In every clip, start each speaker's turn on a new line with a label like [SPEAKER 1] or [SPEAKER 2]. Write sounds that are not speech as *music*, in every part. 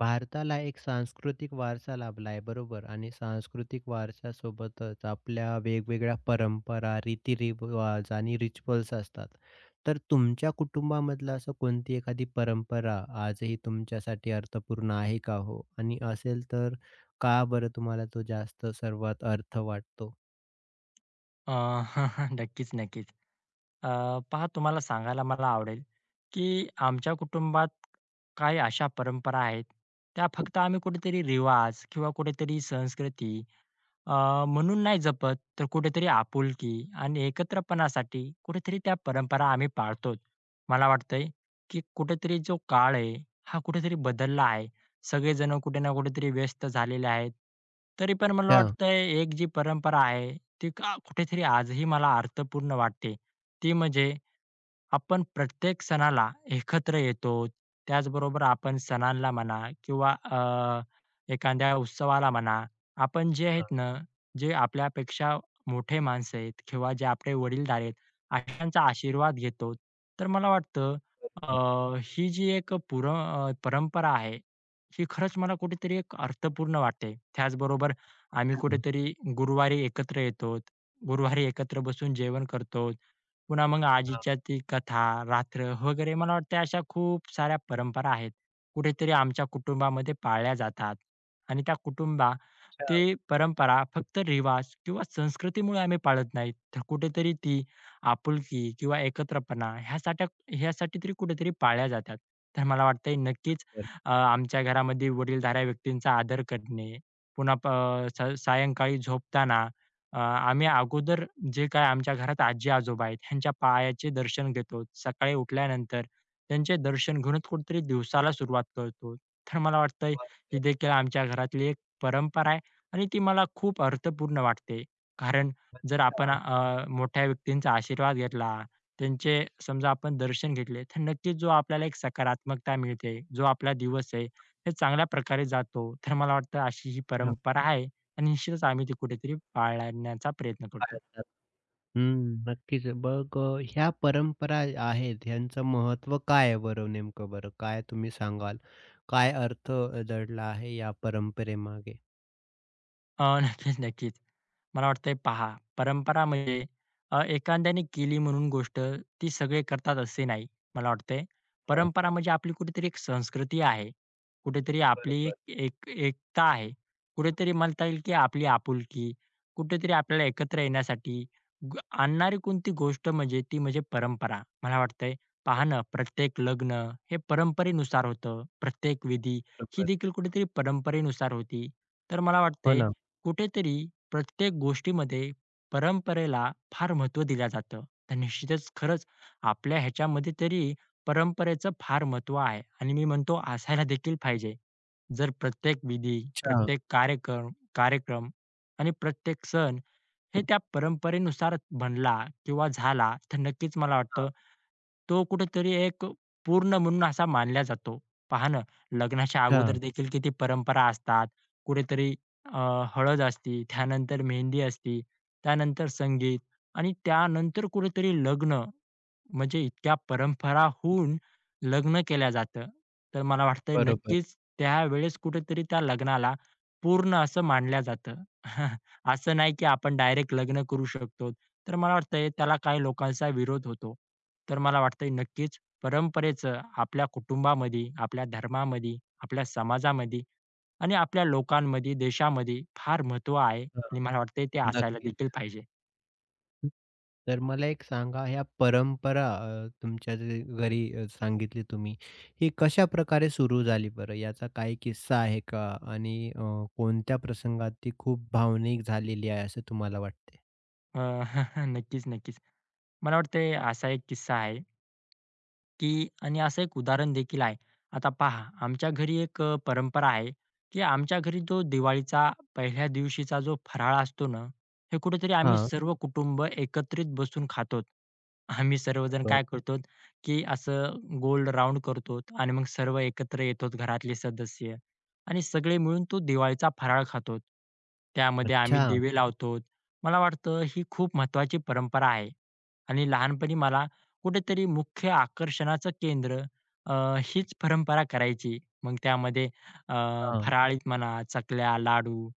[SPEAKER 1] भारताला एक सांस्कृतिक वारसा लाभला आहे बरोबर आणि सांस्कृतिक वारशासोबतच आपल्या वेगवेगळ्या परंपरा, रीतिरिवाज आणि रिच्युअल्स असतात. तर तुमच्या कुटुंबामधलं असं कोणती एखादी परंपरा आजही तुमच्यासाठी अर्थपूर्ण आहे का हो? आणि असेल तर का बरं तुम्हाला तो जास्त सर्वात अर्थ वाटतो?
[SPEAKER 2] अ, *laughs* नक्कीच, नक्कीच. अ, पहा तुम्हाला सांगायला मला आवडेल, की आमच्या कुटुंबात काही अशा परंपरा आहेत, त्या फक्त आम्ही कुठेतरी रिवाज किंवा कुठेतरी संस्कृती म्हणून नाही जपत, तर कुठेतरी आपुलकी आणि एकत्रपणासाठी कुठेतरी त्या परंपरा आम्ही पाळतो. मला वाटतंय, की कुठेतरी जो काळ आहे, हा कुठेतरी बदलला आहे. सगळेजण कुठे ना कुठेतरी व्यस्त झालेले आहेत. तरी पण मला
[SPEAKER 1] अच्छा.
[SPEAKER 2] वाटतंय, एक जी परंपरा आहे, ती का कुठेतरी आजही मला अर्थपूर्ण वाटते. ती म्हणजे आपण प्रत्येक सणाला एकत्र येतो. त्याचबरोबर आपण सणांना म्हणा किंवा एखाद्या उत्सवाला म्हणा, आपण जे
[SPEAKER 1] हां,
[SPEAKER 2] आहेत ना, जे आपल्यापेक्षा मोठे माणसं आहेत किंवा जे आपले वडीलधारे आहेत, अशांचा आशीर्वाद घेतो. तर मला वाटतं अ, ही जी एक परंपरा आहे, ही खरंच मला कुठेतरी एक अर्थपूर्ण वाटते. त्याचबरोबर आम्ही
[SPEAKER 1] बरं.
[SPEAKER 2] कुठेतरी गुरुवारी एकत्र येतो. गुरुवारी एकत्र बसून जेवण करतो. पुन्हा मग
[SPEAKER 1] हां,
[SPEAKER 2] आजीच्या ती कथा, रात्र वगैरे मला वाटतं अशा खूप साऱ्या परंपरा आहेत, कुठेतरी आमच्या कुटुंबामध्ये पाळल्या जातात आणि त्या कुटुंबा
[SPEAKER 1] अच्छा.
[SPEAKER 2] ते परंपरा फक्त रिवाज किंवा संस्कृतीमुळे आम्ही पाळत नाहीत, तर कुठेतरी ती आपुलकी किंवा एकत्रपणा ह्यासाठी ह्यासाठी तरी कुठेतरी पाळल्या जातात. तर मला वाटतंय नक्कीच
[SPEAKER 1] बरं,
[SPEAKER 2] आमच्या घरामध्ये वडीलधाऱ्या व्यक्तींचा आदर करणे, पुन्हा प स सायंकाळी झोपताना आम्ही अगोदर जे काय आमच्या घरात आजी-आजोबा आहेत, ह्यांच्या पायाचे दर्शन घेतो. सकाळी उठल्यानंतर त्यांचे दर्शन घेऊनच कुठेतरी दिवसाला सुरुवात करतो. तर मला वाटतंय
[SPEAKER 1] बरं,
[SPEAKER 2] ही
[SPEAKER 1] बरं.
[SPEAKER 2] देखील आमच्या घरातली एक परंपरा आणि ती मला खूप अर्थपूर्ण वाटते. कारण जर
[SPEAKER 1] अच्छा.
[SPEAKER 2] आपण मोठ्या व्यक्तींचा आशीर्वाद घेतला, त्यांचे समजा आपण दर्शन घेतले, तर नक्कीच जो आपल्याला एक सकारात्मकता मिळते, जो आपला दिवस आहे, हे चांगल्या प्रकारे जातो. तर मला वाटतं अशी ही परंपरा आहे आणि निश्चितच आम्ही ती कुठेतरी पाळण्याचा प्रयत्न करतो.
[SPEAKER 1] हां. हम्म, नक्कीच. मग ह्या परंपरा आहेत ह्यांचं महत्त्व काय आहे बरं नेमकं बरं? काय तुम्ही सांगाल? काय अर्थ दडला आहे या परंपरेमागे?
[SPEAKER 2] अ, *laughs* नक्कीच, नक्कीच. मला वाटतंय पहा, परंपरा म्हणजे एखाद्याने केली म्हणून गोष्ट ती सगळे करतात असे नाही. मला वाटतंय
[SPEAKER 1] हां,
[SPEAKER 2] परंपरा म्हणजे आपली कुठेतरी एक संस्कृती आहे. कुठेतरी आपली एक
[SPEAKER 1] बरोबर,
[SPEAKER 2] एक एकता आहे. कुठेतरी म्हणता येईल की आपली आपुलकी. कुठेतरी आपल्याला एकत्र येण्यासाठी आणणारी कोणती गोष्ट म्हणजे ती म्हणजे परंपरा. मला वाटतंय पहा ना, प्रत्येक लग्न हे परंपरेनुसार होतं. प्रत्येक विधी ही
[SPEAKER 1] बरोबर.
[SPEAKER 2] देखील कुठेतरी परंपरेनुसार होती. तर मला
[SPEAKER 1] हो
[SPEAKER 2] वाटतंय
[SPEAKER 1] ना.
[SPEAKER 2] कुठेतरी प्रत्येक गोष्टीमध्ये परंपरेला फार महत्त्व दिलं जातं. तर निश्चितच खरंच आपल्या ह्याच्यामध्ये तरी परंपरेचं फार महत्त्व आहे आणि मी म्हणतो असायला देखील पाहिजे. जर प्रत्येक विधी,
[SPEAKER 1] अच्छा,
[SPEAKER 2] प्रत्येक कार्यक्रम कार्यक्रम आणि प्रत्येक सण हे त्या परंपरेनुसार बनला किंवा झाला, तर नक्कीच मला वाटतं, तो कुठेतरी एक पूर्ण म्हणून असा मानला जातो. पहा ना, लग्नाच्या
[SPEAKER 1] अच्छा.
[SPEAKER 2] अगोदर देखील किती परंपरा असतात. कुठेतरी अ, हळद असते, त्यानंतर मेहंदी असते, त्यानंतर संगीत आणि त्यानंतर कुठेतरी लग्न म्हणजे इतक्या परंपरा होऊन लग्न केल्या जातं. तर मला वाटतंय
[SPEAKER 1] बरोबर.
[SPEAKER 2] नक्कीच त्यावेळेस कुठेतरी त्या लग्नाला पूर्ण असं मानल्या जातं. *laughs* असं नाही की आपण डायरेक्ट लग्न करू शकतो. तर मला वाटतंय त्याला काही लोकांचा विरोध होतो. तर मला वाटतंय नक्कीच परंपरेचं आपल्या कुटुंबामध्ये, आपल्या धर्मामध्ये, आपल्या समाजामध्ये आणि आपल्या लोकांमध्ये, देशामध्ये फार महत्त्व आहे
[SPEAKER 1] हां,
[SPEAKER 2] आणि मला वाटतंय ते असायला
[SPEAKER 1] नक्कीच.
[SPEAKER 2] देखील पाहिजे.
[SPEAKER 1] तर मला एक सांगा ह्या परंपरा तुमच्या जे घरी सांगितली तुम्ही, ही कशाप्रकारे सुरू झाली बरं? याचा काही किस्सा आहे का? आणि कोणत्या प्रसंगात ती खूप भावनिक झालेली आहे असं तुम्हाला वाटते?
[SPEAKER 2] अ, *laughs* नक्कीच, नक्कीच. मला वाटतंय असा एक किस्सा आहे की आणि असं एक उदाहरण देखील आहे. आता पहा, आमच्या घरी एक परंपरा आहे, की आमच्या घरी जो दिवाळीचा पहिल्या दिवशीचा जो फराळ असतो ना, हे कुठेतरी आम्ही
[SPEAKER 1] हां.
[SPEAKER 2] सर्व कुटुंब एकत्रित बसून खातो. आम्ही सर्वजण काय करतो, की असं गोल राउंड करतो आणि मग सर्व एकत्र येतो घरातले सदस्य आणि सगळे मिळून तो दिवाळीचा फराळ खातो. त्यामध्ये आम्ही
[SPEAKER 1] अच्छा.
[SPEAKER 2] दिवे लावतो. मला वाटतं ही खूप महत्त्वाची परंपरा आहे आणि लहानपणी मला कुठेतरी मुख्य आकर्षणाचं केंद्र अ, हीच परंपरा करायची. मग त्यामध्ये अ,
[SPEAKER 1] हां.
[SPEAKER 2] फराळीत म्हणा, चकल्या, लाडू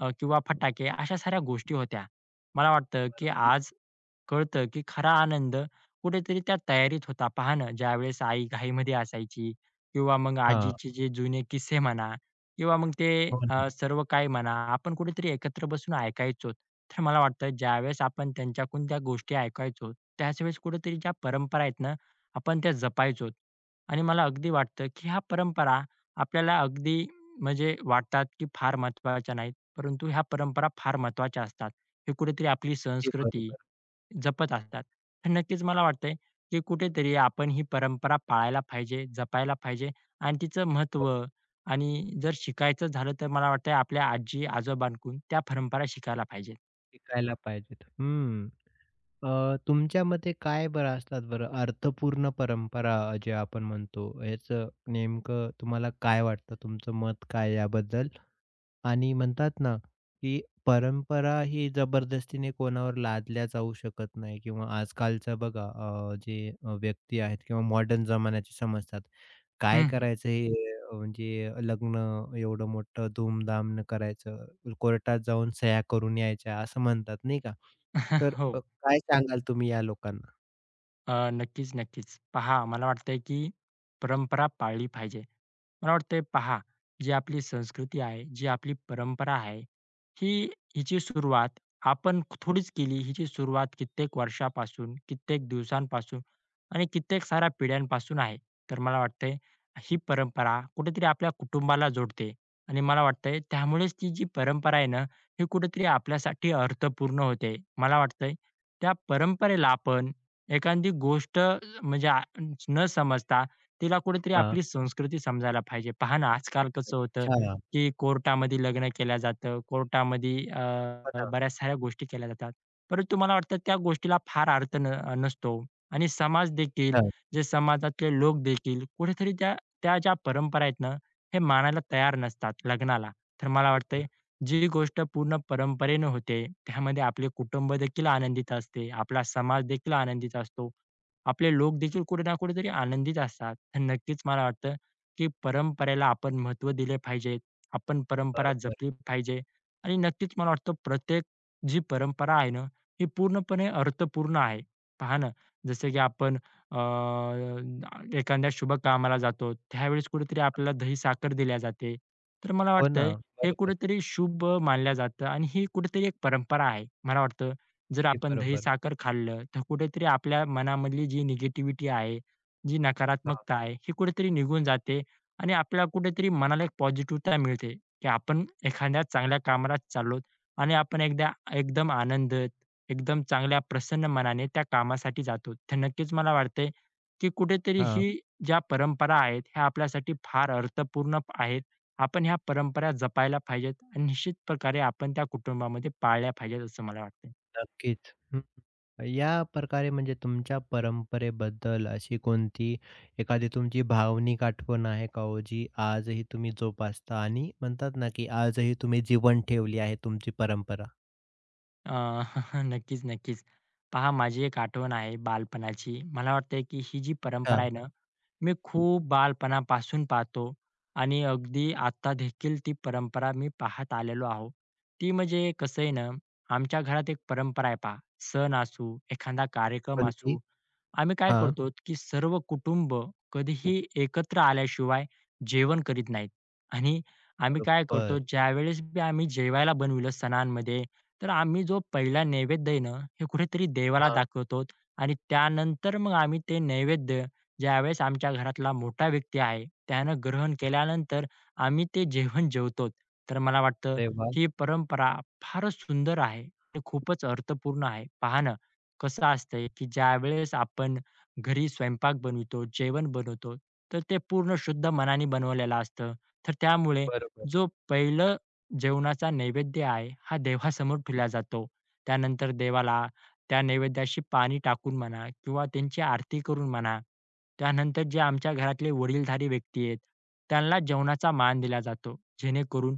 [SPEAKER 2] किंवा फटाके अशा साऱ्या गोष्टी होत्या. मला वाटतं, की आज कळतं, की खरा आनंद कुठेतरी त्या तयारीत होता. पहा ना, ज्यावेळेस आई घाईमध्ये असायची किंवा मग
[SPEAKER 1] हां.
[SPEAKER 2] आजीचे जे जुने किस्से म्हणा किंवा मग ते
[SPEAKER 1] हो ना.
[SPEAKER 2] सर्व काही म्हणा, आपण कुठेतरी एकत्र बसून ऐकायचो. तर मला वाटतं, ज्यावेळेस आपण त्यांच्याकडून त्या गोष्टी ऐकायचो त्याच वेळेस कुठेतरी ज्या परंपरा आहेत ना, आपण त्या जपायचो आणि मला अगदी वाटतं, की ह्या परंपरा आपल्याला अगदी म्हणजे वाटतात, की फार महत्त्वाच्या नाहीत, परंतु ह्या परंपरा फार महत्त्वाच्या असतात. हे कुठेतरी आपली
[SPEAKER 1] ते
[SPEAKER 2] संस्कृती
[SPEAKER 1] बरोबर.
[SPEAKER 2] जपत असतात. तर नक्कीच मला वाटतंय, की कुठेतरी आपण ही परंपरा पाळायला पाहिजे, जपायला पाहिजे आणि तिचं महत्त्व
[SPEAKER 1] हो,
[SPEAKER 2] आणि जर शिकायचं झालं, तर मला वाटतंय आपल्या आजी-आजोबांकडून त्या परंपरा शिकायला पाहिजेत.
[SPEAKER 1] शिकायला पाहिजेत. हं. तुमच्या मते काय बरं असतात बरं अर्थपूर्ण परंपरा जे आपण म्हणतो, याचं नेमकं तुम्हाला काय वाटतं? तुमचं मत काय याबद्दल? आणि म्हणतात ना, की परंपरा ही जबरदस्तीने कोणावर लादल्या जाऊ शकत नाही किंवा आजकालचं बघा जे व्यक्ती आहेत किंवा मॉडर्न जमान्याची समजतात. काय
[SPEAKER 2] हं, हं.
[SPEAKER 1] करायचं हे म्हणजे लग्न एवढं मोठं धूमधामनं करायचं, कोर्टात जाऊन सह्या करून यायच्या असं म्हणतात नाही का? तर
[SPEAKER 2] *laughs* हो.
[SPEAKER 1] काय सांगाल तुम्ही या लोकांना?
[SPEAKER 2] नक्कीच, नक्कीच. पहा मला वाटतंय, की परंपरा पाळली पाहिजे. मला वाटतंय पहा, जी आपली संस्कृती आहे, जी आपली परंपरा आहे, ही हिची सुरुवात आपण थोडीच केली. हिची सुरुवात कित्येक वर्षापासून, कित्येक दिवसांपासून आणि कित्येक साऱ्या पिढ्यांपासून आहे. तर मला वाटतंय, ही परंपरा कुठेतरी आपल्या कुटुंबाला जोडते आणि मला वाटतंय त्यामुळेच ती जी परंपरा आहे ना, ही कुठेतरी आपल्यासाठी अर्थपूर्ण होते. मला वाटतंय, त्या परंपरेला आपण एखादी गोष्ट म्हणजे न समजता तिला कुठेतरी
[SPEAKER 1] हां,
[SPEAKER 2] आपली संस्कृती समजायला पाहिजे. पहा ना, आजकाल कसं होतं,
[SPEAKER 1] अच्छा.
[SPEAKER 2] की कोर्टामध्ये लग्न केलं जातं. कोर्टामध्ये
[SPEAKER 1] हो ना.
[SPEAKER 2] बऱ्याच साऱ्या गोष्टी केल्या जातात. परंतु मला वाटतं त्या गोष्टीला फार अर्थ नसतो आणि समाज देखील,
[SPEAKER 1] हां,
[SPEAKER 2] जे समाजातले लोक देखील कुठेतरी त्या त्या ज्या परंपरा आहेत ना, हे मानायला तयार नसतात लग्नाला. तर मला वाटतंय
[SPEAKER 1] बरोबर,
[SPEAKER 2] जी गोष्ट पूर्ण परंपरेने होते, त्यामध्ये आपले कुटुंब देखील आनंदित असते, आपला समाज देखील आनंदित असतो, आपले लोक देखील कुठे ना कुठेतरी आनंदित असतात. तर नक्कीच मला वाटतं, की परंपरेला आपण महत्त्व दिले पाहिजे. आपण परंपरा
[SPEAKER 1] बरोबर.
[SPEAKER 2] जपली पाहिजे आणि नक्कीच मला वाटतं प्रत्येक जी परंपरा आहे ना, ही पूर्णपणे अर्थपूर्ण आहे. पहा ना, जसं की आपण अ, एखाद्या शुभ कामाला जातो, त्यावेळेस कुठेतरी आपल्याला दही साखर दिल्या जाते. तर मला
[SPEAKER 1] हो ना,
[SPEAKER 2] वाटतंय हे
[SPEAKER 1] बरोबर.
[SPEAKER 2] कुठेतरी शुभ मानलं जातं आणि ही कुठेतरी एक परंपरा आहे. मला वाटतं जर
[SPEAKER 1] ते
[SPEAKER 2] आपण
[SPEAKER 1] बरोबर.
[SPEAKER 2] दही-साखर खाल्लं, तर कुठेतरी आपल्या मनामधली जी निगेटिव्हिटी आहे, जी
[SPEAKER 1] हां,
[SPEAKER 2] नकारात्मकता आहे, ही कुठेतरी निघून जाते आणि आपल्याला कुठेतरी मनाला एक पॉझिटिव्हता मिळते, की आपण एखाद्या चांगल्या कामाला चाललोत आणि आपण एकदा एकदम आनंदात, एकदम चांगल्या प्रसन्न मनाने त्या कामासाठी जातो. तर नक्कीच मला वाटतंय, की कुठेतरी ही
[SPEAKER 1] हां,
[SPEAKER 2] ज्या परंपरा आहेत, ह्या आपल्यासाठी फार अर्थपूर्ण आहेत. आपण ह्या परंपरा जपायला पाहिजेत आणि निश्चित प्रकारे आपण त्या कुटुंबामध्ये पाळल्या पाहिजेत असं मला वाटतंय.
[SPEAKER 1] नक्कीच. हं. या प्रकारे म्हणजे तुमच्या परंपरेबद्दल अशी कोणती एखादी तुमची भावनिक आठवण आहे का हो, जी आजही तुम्ही जोपासता आणि म्हणतात ना, की आजही तुम्ही जिवंत ठेवली आहे तुमची परंपरा?
[SPEAKER 2] अ, *laughs* नक्कीच, नक्कीच. पहा माझी एक आठवण आहे बालपणाची. मला वाटतंय की ही जी
[SPEAKER 1] अच्छा,
[SPEAKER 2] परंपरा आहे ना मी खूप बालपणापासून पाहतो आणि अगदी आता देखील ती परंपरा मी पाहत आलेलो आहो. ती म्हणजे कसं आहे ना, आमच्या घरात एक परंपरा आहे पहा, सण असू, एखादा कार्यक्रम
[SPEAKER 1] कोणती?
[SPEAKER 2] असू, आम्ही काय
[SPEAKER 1] हां,
[SPEAKER 2] करतो की सर्व कुटुंब कधीही एकत्र आल्याशिवाय जेवण करीत नाहीत आणि आम्ही काय करतो
[SPEAKER 1] बरोबर.
[SPEAKER 2] ज्यावेळेस बी आम्ही जेवायला बनविलं सणांमध्ये, तर आम्ही जो पहिला नैवेद्य आहे ना, हे कुठेतरी देवाला
[SPEAKER 1] हां,
[SPEAKER 2] दाखवतो आणि त्यानंतर मग आम्ही ते नैवेद्य ज्यावेळेस आमच्या घरातला मोठा व्यक्ती आहे, त्यानं ग्रहण केल्यानंतर आम्ही ते जेवण जेवतो. तर मला वाटतं
[SPEAKER 1] अरे वाह!
[SPEAKER 2] ही परंपरा फारच सुंदर आहे आणि खूपच अर्थपूर्ण आहे. पहा ना, कसं असतंय, की ज्यावेळेस आपण घरी स्वयंपाक बनवितो, जेवण बनवतो, तर ते पूर्ण शुद्ध मनाने बनवलेलं असतं. तर त्यामुळे
[SPEAKER 1] बरोबर,
[SPEAKER 2] जो पहिलं जेवणाचा नैवेद्य आहे, हा देवासमोर ठेवला जातो. त्यानंतर देवाला त्या नैवेद्याशी पाणी टाकून म्हणा किंवा त्यांची आरती करून म्हणा, त्यानंतर जे आमच्या घरातले वडीलधारी व्यक्ती आहेत, त्यांना जेवणाचा मान दिला जातो. जेणेकरून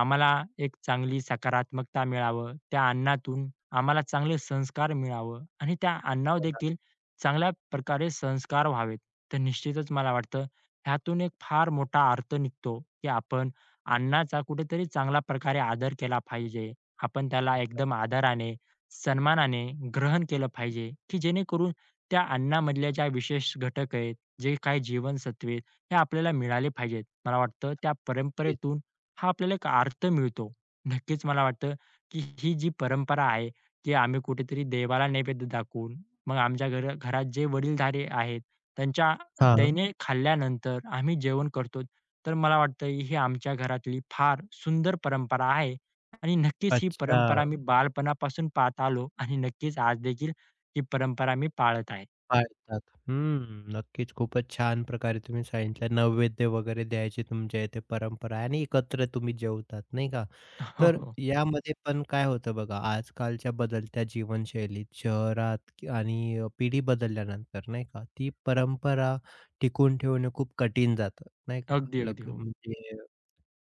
[SPEAKER 2] आम्हाला एक चांगली सकारात्मकता मिळावं, त्या अन्नातून आम्हाला चांगले संस्कार मिळावं आणि त्या अन्नावर देखील चांगल्या प्रकारे संस्कार व्हावेत. तर निश्चितच मला वाटतं ह्यातून एक फार मोठा अर्थ निघतो, की आपण अन्नाचा कुठेतरी चांगल्या प्रकारे आदर केला पाहिजे. आपण त्याला एकदम आदराने सन्मानाने ग्रहण केलं पाहिजे, की जेणेकरून त्या अन्नामधल्या ज्या विशेष घटक आहेत, जे काही जीवनसत्वे आहेत, हे आपल्याला मिळाले पाहिजेत. मला वाटतं त्या
[SPEAKER 1] नक्कीच.
[SPEAKER 2] परंपरेतून हा आपल्याला एक अर्थ मिळतो. नक्कीच मला वाटतं, की ही जी परंपरा आहे, की आम्ही कुठेतरी देवाला नैवेद्य दाखवून, मग आमच्या घरात जे वडीलधारे आहेत, त्यांच्या
[SPEAKER 1] हां,
[SPEAKER 2] त्याने खाल्ल्यानंतर आम्ही जेवण करतो. तर मला वाटतं ही आमच्या घरातली फार सुंदर परंपरा आहे आणि नक्कीच ही
[SPEAKER 1] अच्छा,
[SPEAKER 2] परंपरा मी बालपणापासून पाहत आलो आणि नक्कीच आज देखील ही परंपरा मी पाळत आहे.
[SPEAKER 1] पाळतात. हं, नक्कीच. खूपच छान प्रकारे तुम्ही सांगितलं. नैवेद्य वगैरे द्यायची तुमच्या इथे परंपरा आहे आणि एकत्र तुम्ही जेवतात, नाही का?
[SPEAKER 2] *laughs* हो,
[SPEAKER 1] तर
[SPEAKER 2] हो.
[SPEAKER 1] यामध्ये पण काय होतं बघा, आजकालच्या बदलत्या जीवनशैलीत शहरात की आणि पिढी बदलल्यानंतर, नाही का, ती परंपरा टिकून ठेवणं खूप कठीण जातं, नाही का?
[SPEAKER 2] अगदी, अगदी.
[SPEAKER 1] लग
[SPEAKER 2] हो.
[SPEAKER 1] म्हणजे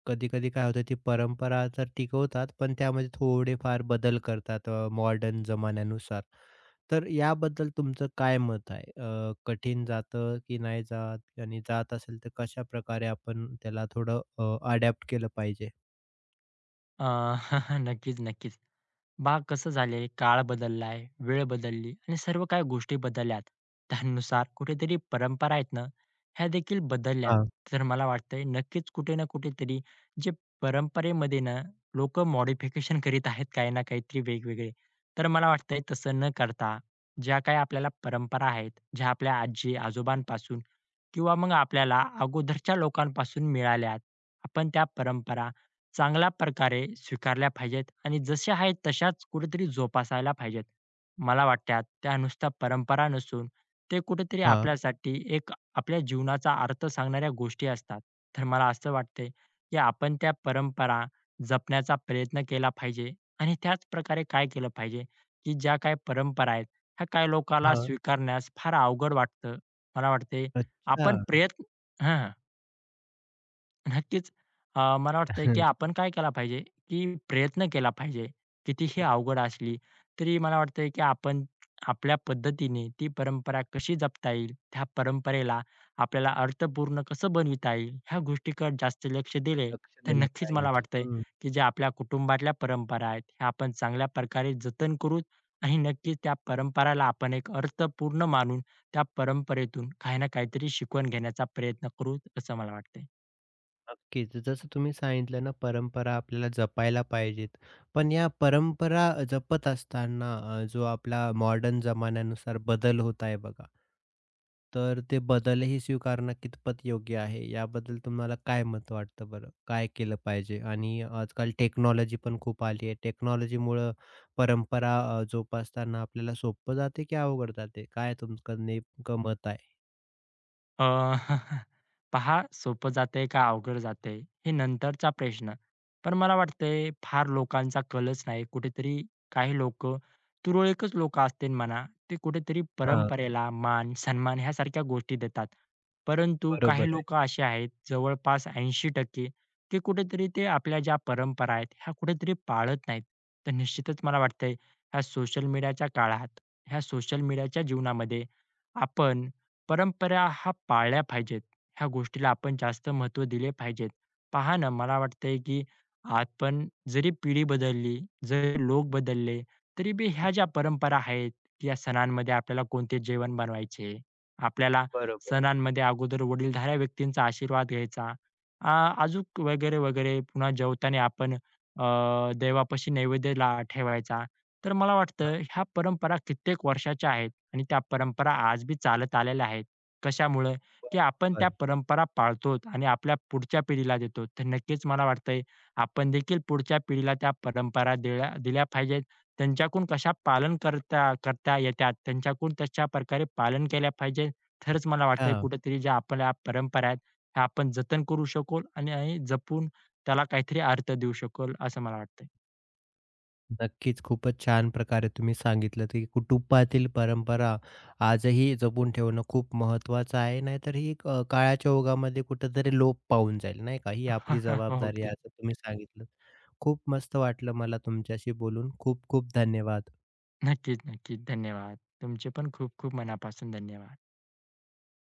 [SPEAKER 1] कधी-कधी काय होतं ती परंपरा तर टिकवतात, पण त्यामध्ये थोडेफार बदल करतात मॉडर्न जमान्यानुसार. तर याबद्दल तुमचं काय मत आहे? कठीण जातं की नाही जात आणि जात असेल तर कशाप्रकारे आपण त्याला थोडं अडॅप्ट केलं पाहिजे?
[SPEAKER 2] अ, *laughs* नक्कीच, नक्कीच. कसं झालंय, काळ बदललाय, वेळ बदलली आणि सर्व काही गोष्टी बदलल्यात. त्यानुसार कुठेतरी परंपरा आहेत ना, ह्या देखील बदलल्यात.
[SPEAKER 1] हां,
[SPEAKER 2] तर मला वाटतंय नक्कीच कुठे ना कुठेतरी जे परंपरेमध्ये ना लोकं मॉडिफिकेशन करीत आहेत काही ना काहीतरी वेगवेगळे. तर मला वाटतंय तसं न करता ज्या काही आपल्याला परंपरा आहेत, ज्या आपल्या आजी-आजोबांपासून किंवा मग आपल्याला अगोदरच्या लोकांपासून मिळाल्यात, आपण त्या परंपरा चांगल्या प्रकारे स्वीकारल्या पाहिजेत आणि जश्या आहेत तशाच कुठेतरी जोपासायला पाहिजेत. मला वाटतात त्या नुसत्या परंपरा नसून ते कुठेतरी
[SPEAKER 1] हां,
[SPEAKER 2] आपल्यासाठी एक आपल्या जीवनाचा अर्थ सांगणाऱ्या गोष्टी असतात. तर मला असं वाटतंय, की आपण त्या परंपरा जपण्याचा प्रयत्न केला पाहिजे आणि त्याच प्रकारे काय केलं पाहिजे, की ज्या काही परंपरा आहेत, ह्या काही लोकाला
[SPEAKER 1] हां.
[SPEAKER 2] स्वीकारण्यास फार अवघड वाटतं. मला वाटते
[SPEAKER 1] अच्छा.
[SPEAKER 2] आपण प्रयत्न हं. नक्कीच. मला वाटतंय की
[SPEAKER 1] *laughs*
[SPEAKER 2] आपण काय केला पाहिजे, की प्रयत्न केला पाहिजे. कितीही अवघड असली तरी मला वाटतंय की आपण आपल्या पद्धतीने ती परंपरा कशी जपता येईल, त्या परंपरेला आपल्याला अर्थपूर्ण कसं बनविता येईल, ह्या गोष्टीकडे जास्त लक्ष दिले,
[SPEAKER 1] लक्ष
[SPEAKER 2] तर
[SPEAKER 1] दिलं
[SPEAKER 2] नक्कीच मला
[SPEAKER 1] पाहिजेत.
[SPEAKER 2] वाटतंय की ज्या आपल्या कुटुंबातल्या परंपरा आहेत, ह्या आपण चांगल्या प्रकारे जतन करू आणि नक्कीच त्या परंपराला आपण एक अर्थपूर्ण मानून त्या परंपरेतून काही ना काहीतरी शिकवण घेण्याचा प्रयत्न करू, असं मला वाटतंय.
[SPEAKER 1] नक्कीच. जसं तुम्ही सांगितलं ना, परंपरा आपल्याला जपायला पाहिजेत. पण या परंपरा जपत असताना जो आपला मॉडर्न जमान्यानुसार बदल होत आहे बघा, तर ते बदलही स्वीकारणं कितपत योग्य आहे? याबद्दल तुम्हाला काय मत वाटतं बरं? काय केलं पाहिजे? आणि आजकाल टेक्नॉलॉजी पण खूप आली आहे. टेक्नॉलॉजीमुळं परंपरा जोपासताना आपल्याला सोपं जाते की अवघड जाते? काय तुमचं नेमकं मत आहे?
[SPEAKER 2] अ, *laughs* पहा सोपं जाते का अवघड जातंय? हे नंतरचा प्रश्न. पण मला वाटतंय फार लोकांचा कलच नाही. कुठेतरी काही लोक तुरळकच लोक असतील म्हणा, ते कुठेतरी
[SPEAKER 1] हां,
[SPEAKER 2] परंपरेला मान, सन्मान ह्यासारख्या गोष्टी देतात. परंतु काही
[SPEAKER 1] बरोबर आहे.
[SPEAKER 2] लोकं असे आहेत जवळपास 80% की कुठेतरी ते आपल्या ज्या परंपरा आहेत, ह्या कुठेतरी पाळत नाहीत. तर निश्चितच मला वाटतंय ह्या सोशल मीडियाच्या काळात, ह्या सोशल मीडियाच्या जीवनामध्ये आपण परंपरा हा पाळल्या पाहिजेत. ह्या गोष्टीला आपण जास्त महत्व दिले पाहिजेत. पहा ना, मला वाटतंय की आपण जरी पिढी बदलली, जरी लोक बदलले, तरी बी ह्या ज्या परंपरा आहेत, की या सणांमध्ये आपल्याला कोणते जेवण बनवायचे, आपल्याला
[SPEAKER 1] बरोबर.
[SPEAKER 2] सणांमध्ये अगोदर वडीलधाऱ्या व्यक्तींचा आशीर्वाद घ्यायचा. आ, अजूक वगैरे, वगैरे. पुन्हा जेवताना आपण अ, देवापाशी नैवेद्य ला ठेवायचा. तर मला वाटतं
[SPEAKER 1] हां,
[SPEAKER 2] ह्या परंपरा कित्येक वर्षाच्या आहेत. आणि त्या परंपरा आज बी चालत आलेल्या आहेत. कशामुळं? की आपण त्या
[SPEAKER 1] बरोबर.
[SPEAKER 2] परंपरा पाळतो आणि आपल्या पुढच्या पिढीला देतो. तर नक्कीच मला वाटतंय आपण देखील पुढच्या पिढीला त्या परंपरा दिल्या दिल्या पाहिजेत. त्यांच्याकडून कशा पालन करता करता येतात, त्यांच्याकडून तशा प्रकारे पालन केल्या पाहिजे. तरच मला वाटतंय
[SPEAKER 1] अच्छा.
[SPEAKER 2] कुठेतरी ज्या आपल्या परंपरा आहेत, ह्या आपण जतन करू शकू आणि आणि जपून त्याला काहीतरी अर्थ देऊ शकू, असं मला वाटतंय.
[SPEAKER 1] नक्कीच. खूपच छान प्रकारे तुम्ही सांगितलं, की कुटुंबातील परंपरा आजही जपून ठेवणं खूप महत्त्वाचं आहे. नाहीतर ही काळाच्या ओघामध्ये कुठेतरी लोप पावून जाईल, नाही का? ही आपली
[SPEAKER 2] *laughs* हो,
[SPEAKER 1] जबाबदारी आहे,
[SPEAKER 2] अगदी.
[SPEAKER 1] असं तुम्ही सांगितलं. खूप मस्त वाटलं मला तुमच्याशी बोलून. खूप खूप धन्यवाद.
[SPEAKER 2] नक्कीच, नक्कीच. धन्यवाद. तुमचे पण खूप खूप मनापासून धन्यवाद.